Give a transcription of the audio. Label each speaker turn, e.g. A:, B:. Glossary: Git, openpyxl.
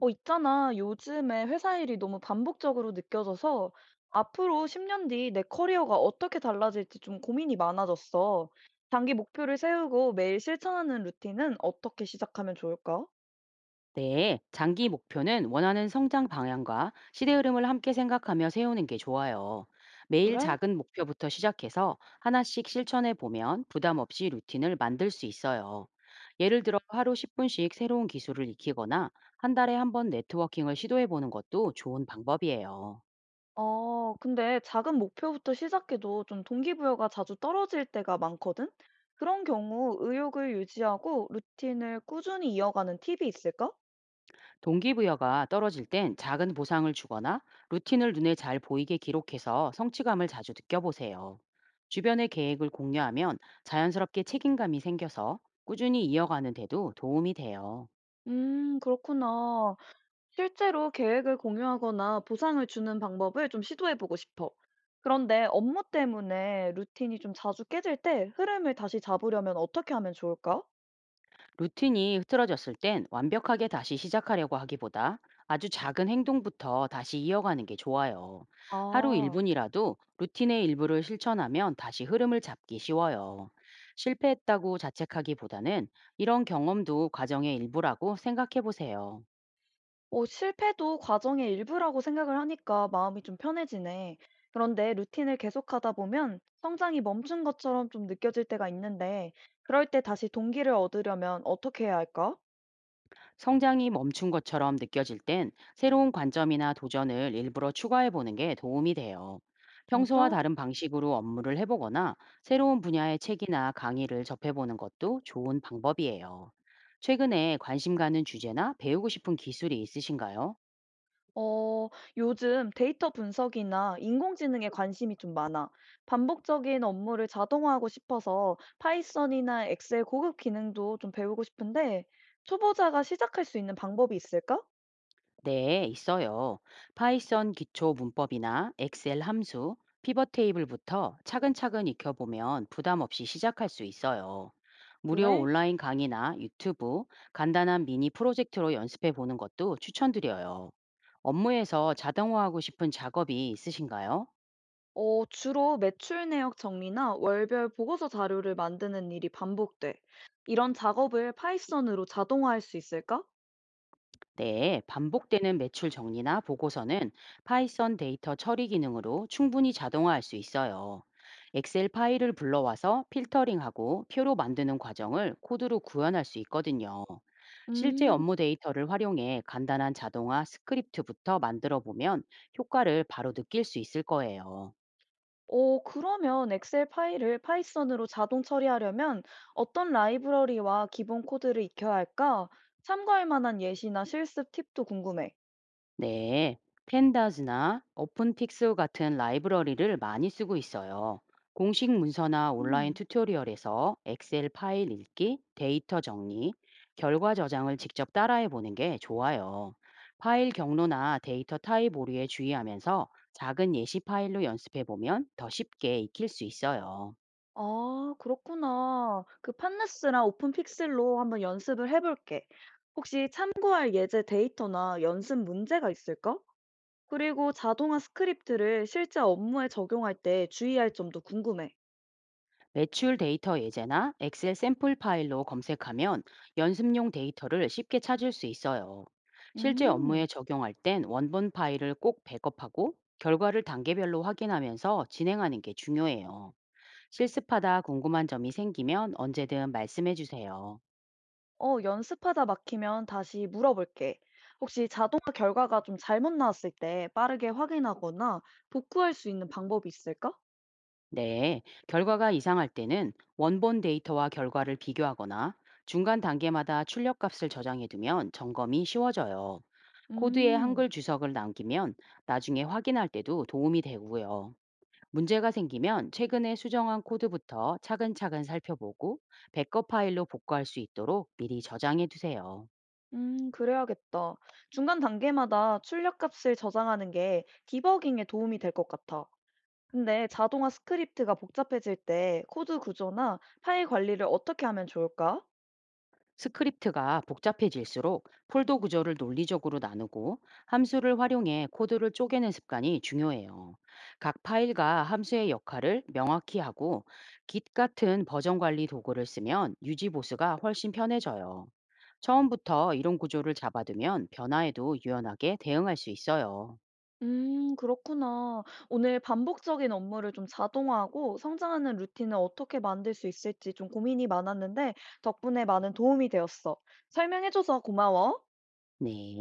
A: 있잖아. 요즘에 회사 일이 너무 반복적으로 느껴져서 앞으로 10년 뒤 내 커리어가 어떻게 달라질지 좀 고민이 많아졌어. 장기 목표를 세우고 매일 실천하는 루틴은 어떻게 시작하면 좋을까?
B: 네, 장기 목표는 원하는 성장 방향과 시대 흐름을 함께 생각하며 세우는 게 좋아요. 매일
A: 그래?
B: 작은 목표부터 시작해서 하나씩 실천해 보면 부담 없이 루틴을 만들 수 있어요. 예를 들어 하루 10분씩 새로운 기술을 익히거나 한 달에 한 번 네트워킹을 시도해 보는 것도 좋은 방법이에요.
A: 근데 작은 목표부터 시작해도 좀 동기부여가 자주 떨어질 때가 많거든? 그런 경우 의욕을 유지하고 루틴을 꾸준히 이어가는 팁이 있을까?
B: 동기부여가 떨어질 땐 작은 보상을 주거나 루틴을 눈에 잘 보이게 기록해서 성취감을 자주 느껴보세요. 주변의 계획을 공유하면 자연스럽게 책임감이 생겨서 꾸준히 이어가는 데도 도움이 돼요.
A: 그렇구나. 실제로 계획을 공유하거나 보상을 주는 방법을 좀 시도해보고 싶어. 그런데 업무 때문에 루틴이 좀 자주 깨질 때 흐름을 다시 잡으려면 어떻게 하면 좋을까?
B: 루틴이 흐트러졌을 땐 완벽하게 다시 시작하려고 하기보다 아주 작은 행동부터 다시 이어가는 게 좋아요. 하루
A: 아,
B: 1분이라도 루틴의 일부를 실천하면 다시 흐름을 잡기 쉬워요. 실패했다고 자책하기보다는 이런 경험도 과정의 일부라고 생각해 보세요.
A: 실패도 과정의 일부라고 생각을 하니까 마음이 좀 편해지네. 그런데 루틴을 계속하다 보면 성장이 멈춘 것처럼 좀 느껴질 때가 있는데, 그럴 때 다시 동기를 얻으려면 어떻게 해야 할까?
B: 성장이 멈춘 것처럼 느껴질 땐 새로운 관점이나 도전을 일부러 추가해 보는 게 도움이 돼요. 평소와
A: 진짜?
B: 다른 방식으로 업무를 해보거나 새로운 분야의 책이나 강의를 접해보는 것도 좋은 방법이에요. 최근에 관심 가는 주제나 배우고 싶은 기술이 있으신가요?
A: 어, 요즘 데이터 분석이나 인공지능에 관심이 좀 많아. 반복적인 업무를 자동화하고 싶어서 파이썬이나 엑셀 고급 기능도 좀 배우고 싶은데 초보자가 시작할 수 있는 방법이 있을까?
B: 네, 있어요. 파이썬 기초 문법이나 엑셀 함수, 피벗 테이블부터 차근차근 익혀보면 부담 없이 시작할 수 있어요. 무료
A: 그래?
B: 온라인 강의나 유튜브, 간단한 미니 프로젝트로 연습해 보는 것도 추천드려요. 업무에서 자동화하고 싶은 작업이 있으신가요?
A: 주로 매출 내역 정리나 월별 보고서 자료를 만드는 일이 반복돼. 이런 작업을 파이썬으로 자동화할 수 있을까?
B: 네, 반복되는 매출 정리나 보고서는 파이썬 데이터 처리 기능으로 충분히 자동화할 수 있어요. 엑셀 파일을 불러와서 필터링하고 표로 만드는 과정을 코드로 구현할 수 있거든요. 실제
A: 음.
B: 업무 데이터를 활용해 간단한 자동화 스크립트부터 만들어 보면 효과를 바로 느낄 수 있을 거예요.
A: 오, 그러면 엑셀 파일을 파이썬으로 자동 처리하려면 어떤 라이브러리와 기본 코드를 익혀야 할까? 참고할 만한 예시나 실습 팁도 궁금해.
B: 네, 펜다즈나 오픈픽스 같은 라이브러리를 많이 쓰고 있어요. 공식 문서나 온라인
A: 음.
B: 튜토리얼에서 엑셀 파일 읽기, 데이터 정리, 결과 저장을 직접 따라해 보는 게 좋아요. 파일 경로나 데이터 타입 오류에 주의하면서 작은 예시 파일로 연습해 보면 더 쉽게 익힐 수 있어요.
A: 아, 그렇구나. 그 판네스랑 오픈 픽셀로 한번 연습을 해볼게. 혹시 참고할 예제 데이터나 연습 문제가 있을까? 그리고 자동화 스크립트를 실제 업무에 적용할 때 주의할 점도 궁금해.
B: 매출 데이터 예제나 엑셀 샘플 파일로 검색하면 연습용 데이터를 쉽게 찾을 수 있어요. 실제 업무에
A: 음.
B: 적용할 땐 원본 파일을 꼭 백업하고 결과를 단계별로 확인하면서 진행하는 게 중요해요. 실습하다 궁금한 점이 생기면 언제든 말씀해 주세요.
A: 연습하다 막히면 다시 물어볼게. 혹시 자동화 결과가 좀 잘못 나왔을 때 빠르게 확인하거나 복구할 수 있는 방법이 있을까?
B: 네, 결과가 이상할 때는 원본 데이터와 결과를 비교하거나 중간 단계마다 출력값을 저장해두면 점검이 쉬워져요. 코드에
A: 음,
B: 한글 주석을 남기면 나중에 확인할 때도 도움이 되고요. 문제가 생기면 최근에 수정한 코드부터 차근차근 살펴보고 백업 파일로 복구할 수 있도록 미리 저장해두세요.
A: 음, 그래야겠다. 중간 단계마다 출력 값을 저장하는 게 디버깅에 도움이 될 것 같아. 근데 자동화 스크립트가 복잡해질 때 코드 구조나 파일 관리를 어떻게 하면 좋을까?
B: 스크립트가 복잡해질수록 폴더 구조를 논리적으로 나누고 함수를 활용해 코드를 쪼개는 습관이 중요해요. 각 파일과 함수의 역할을 명확히 하고 Git 같은 버전 관리 도구를 쓰면 유지 보수가 훨씬 편해져요. 처음부터 이런 구조를 잡아두면 변화에도 유연하게 대응할 수 있어요.
A: 그렇구나. 오늘 반복적인 업무를 좀 자동화하고 성장하는 루틴을 어떻게 만들 수 있을지 좀 고민이 많았는데 덕분에 많은 도움이 되었어. 설명해줘서 고마워.
B: 네.